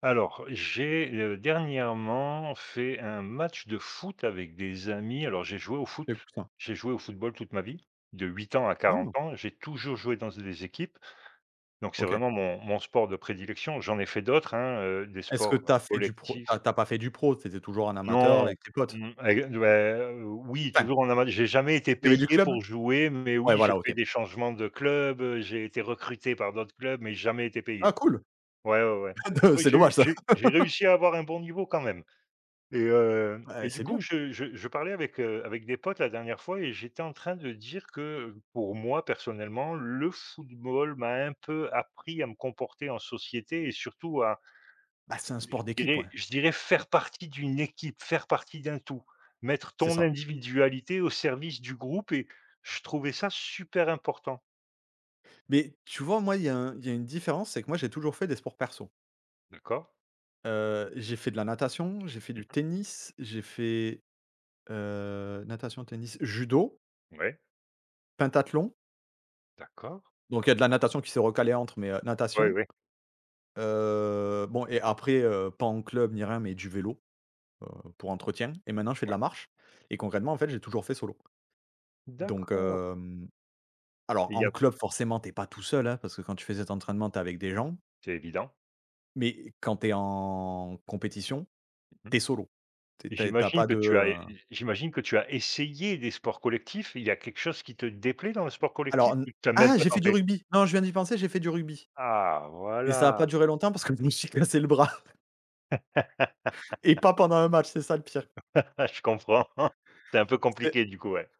Alors, j'ai, dernièrement fait un match de foot avec des amis. Tu écoutes? J'ai joué au football toute ma vie, de 8 ans à quarante Ah! ans, j'ai toujours joué dans des équipes, donc c'est OK. vraiment mon sport de prédilection. J'en ai fait d'autres, hein, des Est-ce que sports collectifs. Tu as pas fait du pro, tu étais toujours un amateur Non, avec tes potes? mmh, ex ouais, oui, Enfin, toujours en amateur. J'ai jamais été il y avait du payé club? pour jouer, mais Ouais, oui, j'ai voilà, fait OK. des changements de club, j'ai été recruté par d'autres clubs, mais jamais été Ah payé. cool! Ouais, ouais, ouais. Oui, C'est dommage ça. j'ai réussi à avoir un bon niveau quand même. Et heu Bah, et du c'est coup, bien. je parlais avec, avec des potes la dernière fois et j'étais en train de dire que, pour moi, personnellement, le football m'a un peu appris à me comporter en société et surtout à, Bah, c'est un je sport d'équipe, dirais ouais. je dirais faire partie d'une équipe, faire partie d'un tout. Mettre C'est ton ça. individualité au service du groupe et je trouvais ça super important. Mais tu vois, moi, il y a une différence, c'est que moi, j'ai toujours fait des sports perso. D'accord. J'ai fait de la natation, j'ai fait du Mmh. tennis, j'ai fait, natation, tennis, judo, Ouais, pentathlon. d'accord. Donc il y a de la natation qui s'est recalée entre, mais Ouais, natation, ouais, bon. Et après, pas en club ni rien, mais du vélo, heu, pour entretien. Et maintenant je fais de ouais. la marche et concrètement, en fait, j'ai toujours fait solo. Donc D'accord. Alors Il y en a club forcément t'es pas tout seul, hein, parce que quand tu fais cet entraînement, t'es avec des gens, c'est évident. mais quand t'es en compétition, Mmh. t'es solo. Tu es tu J'imagine pas que de, tu as J'imagine que tu as essayé des sports collectifs. Il y a quelque chose qui te déplaît dans le sport collectif alors n ou tu as même ah, pas j'ai fait du tenté? rugby! Non, je viens d'y penser, j'ai fait du rugby, Ah mais ça a voilà! pas duré longtemps parce que je me suis cassé le bras et pas pendant un match, c'est ça le pire. Je comprends. C'est un peu C'est compliqué du coup, ouais.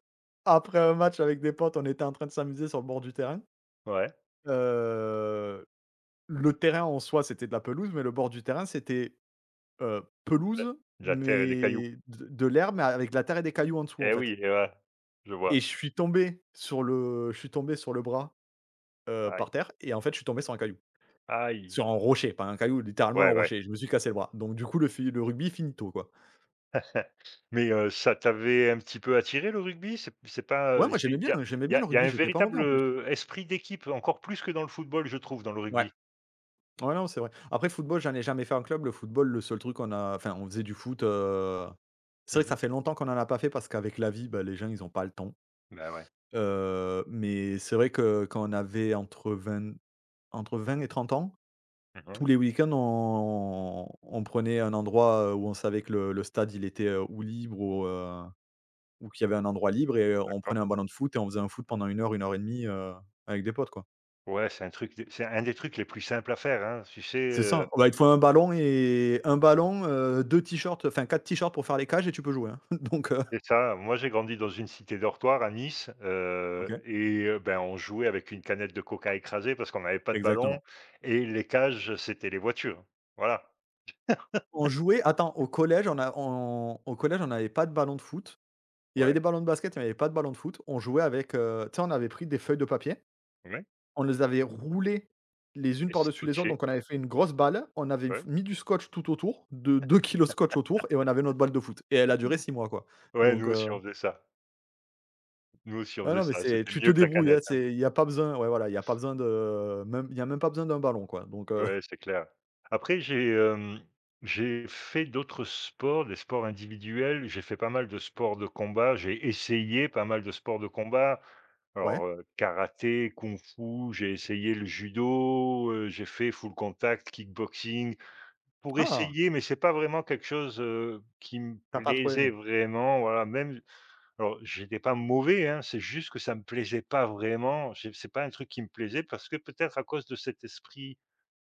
après un match avec des potes, on était en train de s'amuser sur le bord du terrain. Ouais, Heu, le terrain en soi, c'était de la pelouse, mais le bord du terrain, c'était, pelouse, de la terre et des cailloux. mais de l'herbe, mais avec de la terre et des cailloux en dessous, en Eh fait. oui, eh ouais, je Et vois. Je suis tombé sur le bras, par Aïe, terre. Et en fait, je suis tombé sur un caillou. aïe. Sur un rocher, pas un caillou, littéralement un Ouais, ouais. rocher. Je me suis cassé le bras. Donc du coup, le rugby finito, quoi. Mais, ça t'avait un petit peu attiré le rugby? C'est pas, Ouais, moi c'est j'aimais bien, hein, j'aimais bien le Il y a rugby, un j'étais pas mauvais véritable, en plus. Esprit d'équipe, encore plus que dans le football, je trouve, dans le Ouais. rugby. Ouais, non, c'est vrai. Après football, j'en ai jamais fait en club. Le football, le seul truc qu'on a, enfin, on faisait du foot, c'est vrai Mmh que ça mh. fait longtemps qu'on en a pas fait parce qu'avec la vie, bah, les gens, ils ont pas le temps. Bah ouais. Mais c'est vrai que quand on avait entre 20 et 30 ans, Mmh. tous les week-ends, on prenait un endroit, où on savait que le stade, il était, ou libre ou qu'il y avait un endroit libre. Et on D'accord. prenait un ballon de foot et on faisait un foot pendant 1 heure, 1 heure et demie, avec des potes, quoi. Ouais, c'est un des trucs les plus simples à faire, hein. Tu sais, C'est ça. Bah, il te faut un ballon. Et un ballon, 2 t-shirts, enfin 4 t-shirts pour faire les cages et tu peux jouer, hein. Donc c'est ça. Moi, j'ai grandi dans une cité dortoir à Nice, OK, ben, on jouait avec une canette de coca écrasée parce qu'on n'avait pas de ballon exactement. et les cages, c'était les voitures. Voilà. On jouait, attends, au collège, on a, on au collège, on n'avait pas de ballon de foot. Il y avait des Ouais, ballons de basket, mais il y avait pas de ballon de foot. On jouait avec, tu sais, on avait pris des feuilles de papier. ouais On les avait roulées les unes et par-dessus les autres, scotché. donc on avait fait une grosse balle, on avait, Ouais. f mis du scotch tout autour, de 2 kg scotch autour. Et on avait notre balle de foot et elle a duré 6 mois, quoi. Ouais, nous Donc aussi, on faisait ça. Nous aussi, on non, faisait non, mais ça. c'est, C'était tu te mieux que la débrouilles, hein, canette, hein. c'est, il y a pas besoin, ouais, voilà, il y a même pas besoin d'un ballon, quoi, donc Ouais, c'est clair. Après, j'ai fait d'autres sports, des sports individuels. J'ai fait pas mal de sports de combat. J'ai essayé pas mal de sports de combat. ouais. Alors, karaté, kung-fu, j'ai essayé le judo, j'ai fait full contact, kickboxing pour Ah! essayer, mais c'est pas vraiment quelque chose, qui me T'as pas trop plaisait aimé? vraiment, voilà, même alors j'étais pas mauvais, hein, c'est juste que ça me plaisait pas vraiment. J'ai C'est pas un truc qui me plaisait parce que peut-être à cause de cet esprit,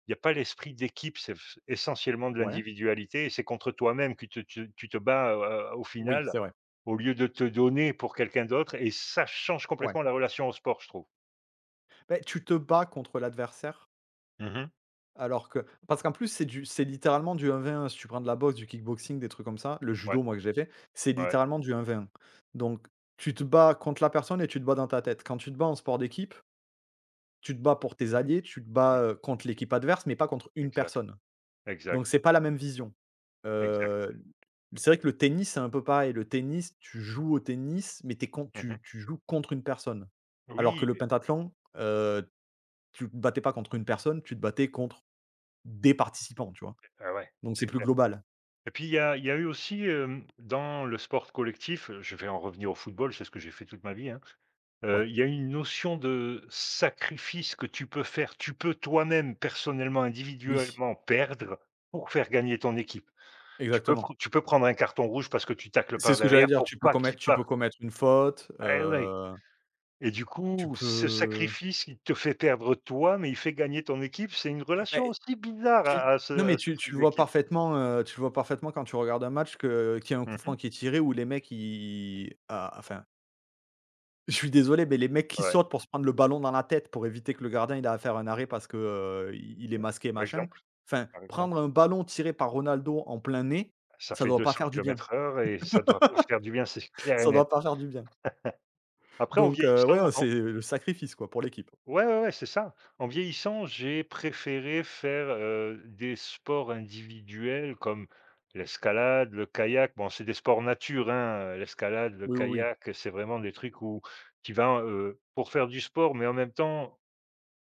il y a pas l'esprit d'équipe, c'est f essentiellement de Ouais. l'individualité et c'est contre toi-même que tu te bats, au Oui, final, c'est vrai. au lieu de te donner pour quelqu'un d'autre et ça change Ouais. complètement la relation au sport, je trouve. Beh, tu te bats contre l'adversaire. Mmh. Alors que Parce qu'en plus, c'est littéralement du 1v1. Si tu prends de la boxe, du kickboxing, des trucs comme ça, le Ouais, judo, moi, que j'ai fait, c'est ouais, littéralement du 1v1. Donc, tu te bats contre la personne et tu te bats dans ta tête. Quand tu te bats en sport d'équipe, tu te bats pour tes alliés, tu te oui, bats, contre l'équipe adverse, mais pas contre une exact, personne. Donc, c'est exact, pas la même vision. exact. Heu, c'est vrai que le tennis, c'est un peu pareil. Le tennis, tu joues au tennis, mais t'es es con Mmh. tu tu joues contre une personne. Alors que Oui, le pentathlon, heu, tu te battais pas contre une personne, tu te battais contre des participants, tu vois? ah ouais, Donc c'est c'est plus clair. global. Et puis il y a eu aussi, dans le sport collectif, je vais en revenir au football, c'est ce que j'ai fait toute ma vie, hein, Ouais. Il y a une notion de sacrifice que tu peux faire. Tu peux toi-même, personnellement, Oui, individuellement perdre pour faire gagner ton équipe. Exactement. Tu peux prendre un carton rouge parce que tu tacles C'est par ce que j'allais derrière dire, pour pas qu'il tu peux parte. commettre une faute, Eh ouais! Et du tu coup, ce peux sacrifice qui te fait perdre toi, mais il fait gagner ton équipe, c'est une relation beh, aussi bizarre tu à à ce non, à mais ce tu truc le vois d'équipe. parfaitement, tu le vois parfaitement quand tu regardes un match que qu'il y a un coup Mmh. franc qui est tiré où les mecs, ils, ah, enfin, je suis désolé, mais les mecs qui Ouais, sautent pour se prendre le ballon dans la tête pour éviter que le gardien il a à faire un arrêt parce que, i il est ouais, masqué, par machin. exemple, Enfin, par prendre exemple. un ballon tiré par Ronaldo en plein nez, Ça ça fait doit deux pas cents faire du bien. kilomètres heure et ça doit pas faire du bien, c'est clair et Ça net. doit pas faire du bien. Après en Donc ouais, vieillissant, ouais, c'est le sacrifice, quoi, pour l'équipe. ouais, ouais, ouais, c'est ça. En vieillissant, j'ai préféré faire, des sports individuels comme l'escalade, le kayak. Bon, c'est des sports nature, hein, l'escalade, le Oui, oui, oui. kayak, c'est vraiment des trucs où tu vas, pour faire du sport, mais en même temps,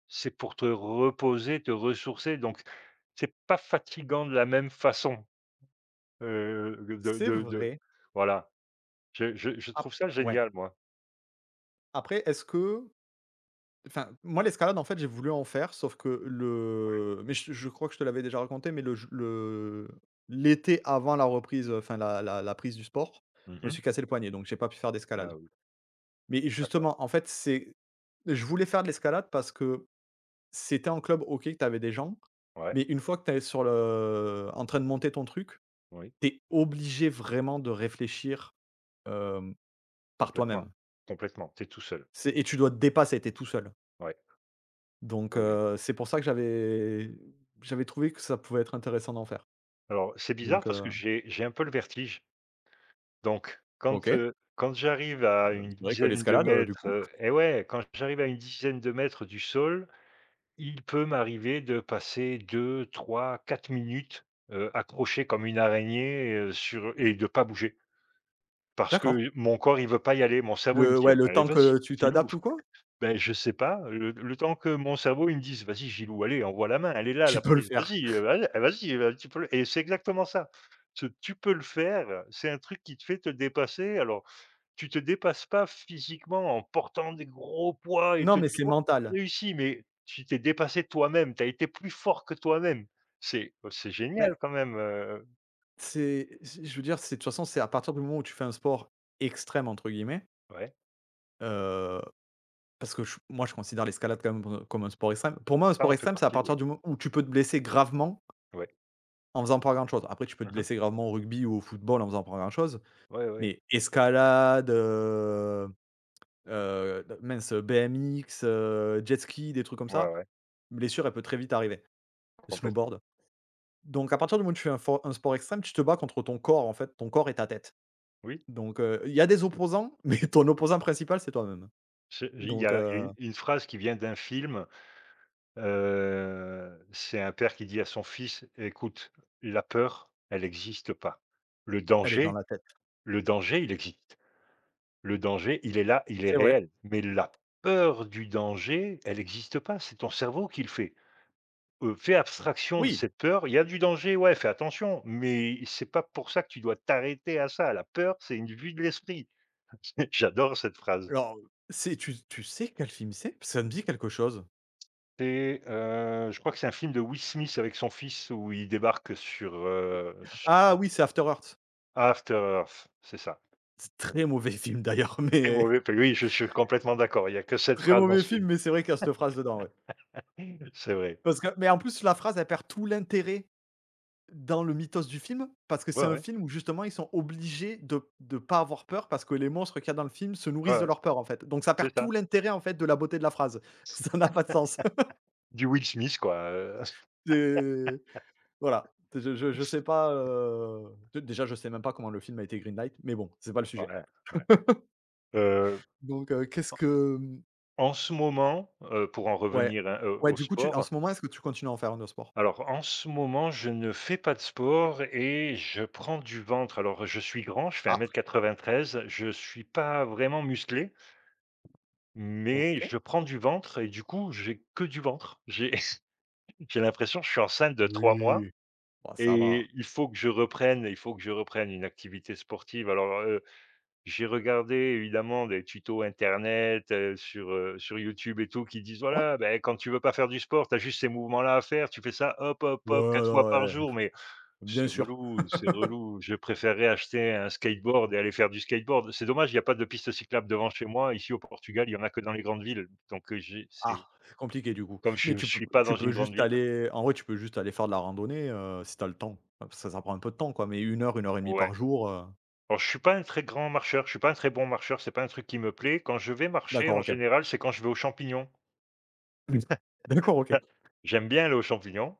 c'est pour te reposer, te ressourcer, donc c'est pas fatigant de la même façon, C'est de vrai. voilà. Je Ap trouve ça Ouais. génial, moi. Après, est-ce que, enfin, moi l'escalade, en fait, j'ai voulu en faire, sauf que le mais je crois que je te l'avais déjà raconté, mais le j le l'été avant la reprise, enfin la prise du sport, je me Mmh. suis cassé le poignet, donc j'ai pas pu faire d'escalade. Ah oui, Mais d'accord. justement, en fait, c'est je voulais faire de l'escalade parce que c'était en club, OK, que t'avais des gens, Ouais, mais une fois que t'es sur le en train de monter ton truc, oui, t'es obligé vraiment de réfléchir, Hem, par complètement, toi-même. complètement. Tu es tout seul. C'est Et tu dois te dépasser, tu es tout seul. Ouais. Donc Oui, oui. C'est pour ça que j'avais trouvé que ça pouvait être intéressant d'en faire. Alors, c'est bizarre Donc parce que j'ai un peu le vertige. Donc, OK. quand, C'est quand j'arrive à une vrai que dizaine de l'escalade, du coup. mètres, et ouais, quand j'arrive à une dizaine de mètres du sol, il peut m'arriver de passer 2, 3, 4 minutes, accroché comme une araignée, sur et de pas bouger. Parce D'accord. que mon corps, il veut pas y aller. Mon cerveau, il me Le dit: «Ah, Ouais, le bah, allez, temps vas-y, que tu filou». t'adaptes ou quoi? Ben je sais pas, le temps que mon cerveau, il me dise: «Vas-y Gilou, allez, envoie la main, elle est là la Tu peux le prise, faire. vas-y, allez, ah, vas-y, tu peux le» et c'est exactement ça. Ce «tu peux le faire», c'est un truc qui te fait te dépasser. Alors, tu te dépasses pas physiquement en portant des gros poids et Non, te mais dire: c'est «Oh, j'ai mental. réussi», mais tu t'es dépassé toi-même, tu as été plus fort que toi-même. C'est Oh, c'est Mais génial quand même, c'est j je veux dire, c'est, de toute façon, c'est à partir du moment où tu fais un sport «extrême» entre guillemets, ouais, heu, parce que, j moi, je considère l'escalade quand même comme un sport extrême. Pour moi, un ça sport en fait extrême, c'est à partie, oui. partir du moment où tu peux te blesser gravement Ouais. en faisant pas grand-chose. Après, tu peux te Mmh mh. blesser gravement au rugby ou au football en faisant pas grand-chose, Ouais, ouais. mais escalade, d mince, BMX, jet ski, des trucs comme Ouais, ça, ouais, blessure, elle peut très vite arriver. Le complètement. snowboard. Donc à partir du moment où tu fais un sport extrême, tu te bats contre ton corps, en fait, ton corps et ta tête. Oui, Donc il y a des opposants, mais ton opposant principal, c'est toi-même. c'est Donc il y a une phrase qui vient d'un film. C'est un père qui dit à son fils: «Écoute, la peur, elle n'existe pas. Le elle est dans danger la tête. le danger, il existe. Le danger, il est là, il est C'est vrai. réel. Mais la peur du danger, elle n'existe pas, c'est ton cerveau qui le fait. Fais abstraction de Oui, cette peur. Il y a du danger, ouais, fais attention, mais c'est pas pour ça que tu dois t'arrêter à ça. La peur, c'est une vue de l'esprit». J'adore cette phrase. alors, c'est tu sais quel film c'est? Ça me dit quelque chose. C'est, je crois que c'est un film de Will Smith avec son fils où il débarque sur, Ah oui, c'est After Earth. After Earth, c'est ça. C'est très mauvais film d'ailleurs, Très mais mauvais p Oui, je suis complètement d'accord, il y a que cette très phrase dans mauvais ce film. film, mais c'est vrai qu'il y a cette phrase dedans, ouais. C'est vrai. Parce que, mais en plus, la phrase, elle perd tout l'intérêt dans le mythos du film, parce que Ouais, c'est un ouais, film où justement ils sont obligés de pas avoir peur parce que les monstres qu'il y a dans le film se ouais, nourrissent de ouais, leur peur, en fait. Donc ça perd c'est ça. tout l'intérêt, en fait, de la beauté de la phrase. Ça n'a pas de sens. Du Will Smith quoi, C'est Voilà, je sais pas, d déjà je sais même pas comment le film a été greenlight, mais bon, c'est pas le sujet. ouais, ouais. Heu, Donc qu'est-ce que, mmh, En ce moment, pour en ouais. revenir, hein, Ouais, au du coup, tu en sport, ce moment, est-ce que tu continues à en faire, un de sport? alors en ce moment, je ne fais pas de sport et je prends du ventre. Alors, je suis grand, je fais un Ah, mètre 93. Je suis pas vraiment musclé, mais OK. je prends du ventre et du coup, j'ai que du ventre. J'ai j'ai l'impression que je suis enceinte de 3 mois. Oui, bah, ça va. Et il faut que je reprenne, il faut que je reprenne une activité sportive. Alors, j'ai regardé évidemment des tutos internet, sur YouTube et tout qui disent: Ouais. «Voilà, ben quand tu veux pas faire du sport, tu as juste ces mouvements-là à faire, tu fais ça hop, hop, Ouais, hop 4 fois non, par ouais, jour», mais c'est bien sûr. relou, c'est relou. Je préférerais acheter un skateboard et aller faire du skateboard. C'est dommage, il y a pas de piste cyclable devant chez moi. Ici au Portugal, il y en a que dans les grandes villes, donc j'ai c'est Ah, c'est compliqué du coup. comme Mais je suis pas dans tu une peux grande juste ville, aller, en vrai, tu peux juste aller faire de la randonnée, si t'as le temps. Bah, parce que ça prend un peu de temps, quoi, mais 1 heure, 1 heure et demie ouais. par jour, Alors, je suis pas un très grand marcheur, je suis pas un très bon marcheur, c'est pas un truc qui me plaît. Quand je vais marcher, d'accord, en OK. général, c'est quand je vais aux champignons. Mm. D'accord, OK. J'aime bien aller aux champignons.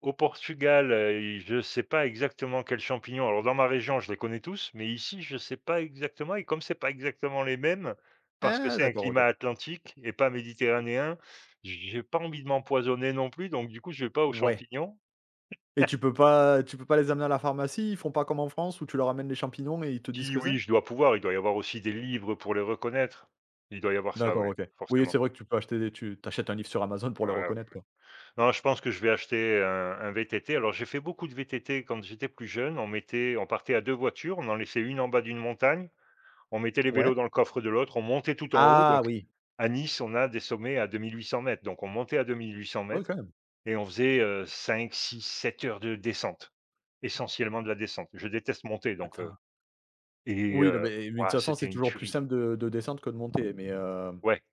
Au Portugal, i je ne sais pas exactement quels champignons. Alors, dans ma région, je les connais tous, mais ici, je ne sais pas exactement et comme c'est pas exactement les mêmes, parce que Ah, c'est un d'accord, OK. climat atlantique et pas méditerranéen, j'ai pas envie de m'empoisonner non plus, donc du coup, je vais pas aux Ouais. champignons. Et tu peux pas les amener à la pharmacie? Ils font pas comme en France où tu leur amènes les champignons et ils te disent ce Si, que c'est? oui, je dois pouvoir, il doit y avoir aussi des livres pour les reconnaître. Il doit y avoir ça, D'accord, ouais, OK. Oui, forcément. c'est vrai que tu peux acheter des tu t'achètes un livre sur Amazon pour les Ouais. reconnaître, quoi. Non, je pense que je vais acheter un VTT. Alors, j'ai fait beaucoup de VTT quand j'étais plus jeune. On partait à 2 voitures, on en laissait une en bas d'une montagne, on mettait les Ouais. vélos dans le coffre de l'autre, on montait tout en haut. Ah Donc oui. à Nice, on a des sommets à 2 800 mètres. Donc on montait à 2 800 Ah oui, mètres quand même. et on faisait, 5, 6, 7 heures de descente, essentiellement de la descente. Je déteste monter donc, Attends. et Oui, non, heu, mais de toute ouah, façon, c'était c'est une toujours plus tuerie. simple de descendre que de monter, mais Ouais,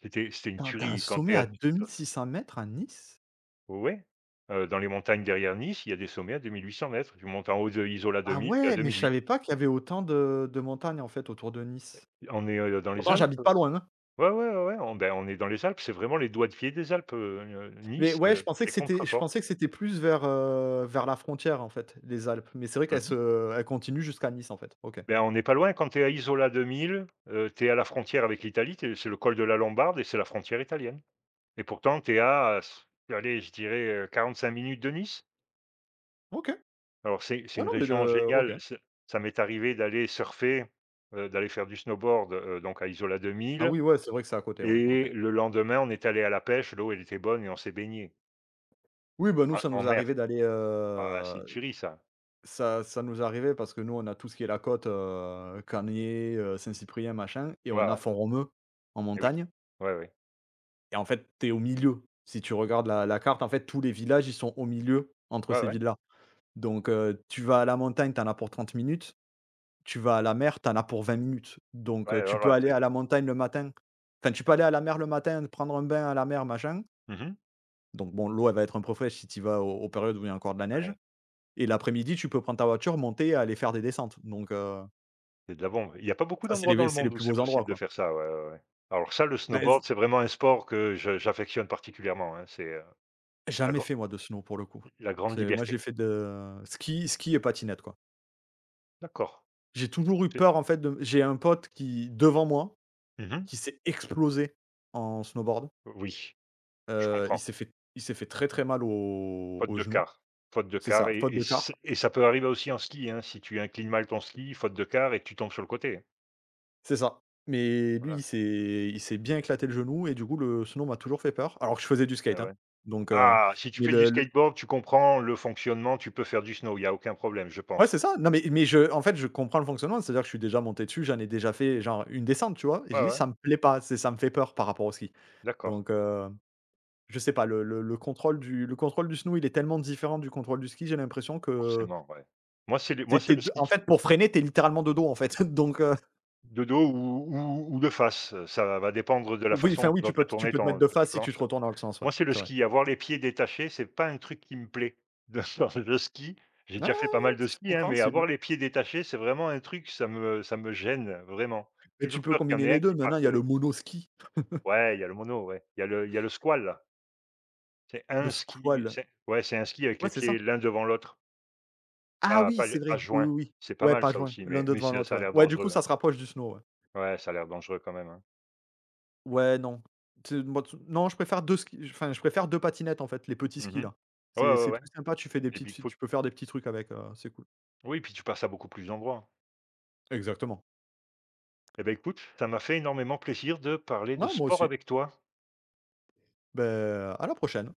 c'était c'était une Attends, tu un tuerie quand tu sommet es à à 2 600 m à Nice? ouais, dans les montagnes derrière Nice, il y a des sommets à 2 800 mètres. Tu montes en haut de Isola Ah 2000, tu es à ouais, mais je 2008. savais pas qu'il y avait autant de montagnes, en fait, autour de Nice. On est, dans les Pourtant, Alpes. j'habite pas loin, hein. Ouais, ouais, ouais, ouais, on, ben, on est dans les Alpes, c'est vraiment les doigts de pied des Alpes, Mais Nice, ouais, les je contreforts. pensais que c'était plus vers, vers la frontière, en fait, les Alpes. Mais c'est vrai qu'Mmh. Elles continuent jusqu'à Nice, en fait. OK. Ben, on n'est pas loin quand tu es à Isola 2000, tu es à la frontière avec l'Italie, tu c'est le col de la Lombarde et c'est la frontière italienne et pourtant tu es à s allez, je dirais, 45 minutes de Nice. OK. Alors c'est Ouais, une non, mais région de OK. géniale, ça ça m'est arrivé d'aller surfer, d'aller faire du snowboard, donc à Isola Ah 2000. oui, ouais, c'est vrai que c'est à côté, ouais, OK. Et le lendemain, on est allé à la pêche, l'eau elle était bonne et on s'est baigné Oui, bah, nous, en en mer. Ah, c'est une tuerie ça. ça nous arrivait parce que nous, on a tout ce qui est la côte, Caniez, Saint-Cyprien, machin, et Ouais, on a ouais, Font-Romeu en eh oui. montagne. Ouais, ouais. Et en fait, tu es au milieu. Si tu regardes la carte, en fait, tous les villages, ils sont au milieu entre Ouais, ces ouais. villes-là. Donc, tu vas à la montagne, tu en as pour 30 minutes, tu vas à la mer, tu en as pour 20 minutes. Donc, Ouais, tu ouais, ouais, peux aller c'est à la montagne le matin. Enfin, tu peux aller à la mer le matin, prendre un bain à la mer, machin. mmh mh. Donc bon, l'eau, elle va être un peu fraîche si tu vas au aux périodes où il y a encore de la neige. Ouais, Et l'après-midi, tu peux prendre ta voiture, monter et aller faire des descentes. Donc, c'est de la bombe. Il y a pas beaucoup ça, c'est d'endroits dans les, le monde où plus c'est beaux endroits, possible de quoi. faire ça, ouais, ouais, ouais. Alors ça, le Bah, snowboard, z c'est vraiment un sport que je j'affectionne particulièrement, hein, c'est, la jamais grand fait, moi, de snow, pour le coup. la grande C'est Moi, liberté. j'ai fait de ski, et patinette, quoi. D'accord. J'ai toujours eu C'est peur, en fait, de j'ai un pote qui, devant moi, mmh mh. qui s'est explosé en snowboard. Oui, je Il comprends. s'est fait, très, très mal au Faute au de genou. quart. Faute de C'est quart ça, faute et de c car. et ça peut arriver aussi en ski, hein, si tu inclines mal ton ski, faute de quart et tu tombes sur le côté, hein. C'est ça. Mais lui, Voilà. Il s'est bien éclaté le genou et du coup le snow m'a toujours fait peur, alors que je faisais du Ouais, skate, hein. ouais. Donc Ah, si tu mais fais du le skateboard, tu comprends le fonctionnement, tu peux faire du snow, il y a aucun problème, je ouais, pense. c'est ça. Non, mais je en fait, je comprends le fonctionnement, c'est-à-dire que je suis déjà monté dessus, j'en ai déjà fait genre une descente, tu vois? Et Ouais, j'ai dit: ouais, «Ça me plaît pas, c'est ça me fait peur par rapport au ski». d'accord, Donc Je sais pas, le contrôle du snow, il est tellement différent du contrôle du ski, j'ai l'impression que forcément, ouais. T'es Moi, c'est es le de ski, en fait, pour freiner, t'es littéralement de dos, en fait, donc de dos ou ou de face, ça va dépendre de la oui, enfin, façon oui, dont tu as tu tourné peux te mettre ton de ta face si tu te planche. retournes dans le sens, ouais, Moi, c'est le c'est vrai. ski, avoir les pieds détachés, c'est pas un truc qui me plaît dans le ski. J'ai Ouais, déjà ouais, fait pas mal ouais, de c'est ski, hein, mais avoir compréhensible, les pieds détachés, c'est vraiment un truc, ça me gêne, vraiment. mais J'ai tu toujours peux peur qu'il y en combiner ait un les deux. qui parte, Maintenant, il y a le monoski, ouais, il y a le mono, ouais, il y a le squall. C'est le un ski squall. c'est Ouais, c'est un ski avec les Ouais, c'est pieds ça. l'un devant l'autre, Ah oui, c'est pas vrai, oui, joints. oui, oui. C'est pas Ouais, mal pas ça joint, aussi, l'un mais de devant c'est l'autre, ça a ouais. l'air Ouais, du coup, dangereux, hein. ça se rapproche du snow, ouais. Ouais, ça a l'air dangereux quand même, hein. Ouais, non. Tu moi tu non, Je préfère 2 skis, enfin, je préfère 2 patinettes, en fait, les petits Mmh skis, mh. là. Ouais, ouais, C'est ouais, plus sympa, tu fais, des les petites Bigfoot. tu peux faire des petits trucs avec, c'est cool. Oui, puis tu passes à beaucoup plus d'endroits. Exactement. Eh beh, écoute, ça m'a fait énormément plaisir de parler de Ouais, moi sport aussi. avec toi. Ben, à la prochaine.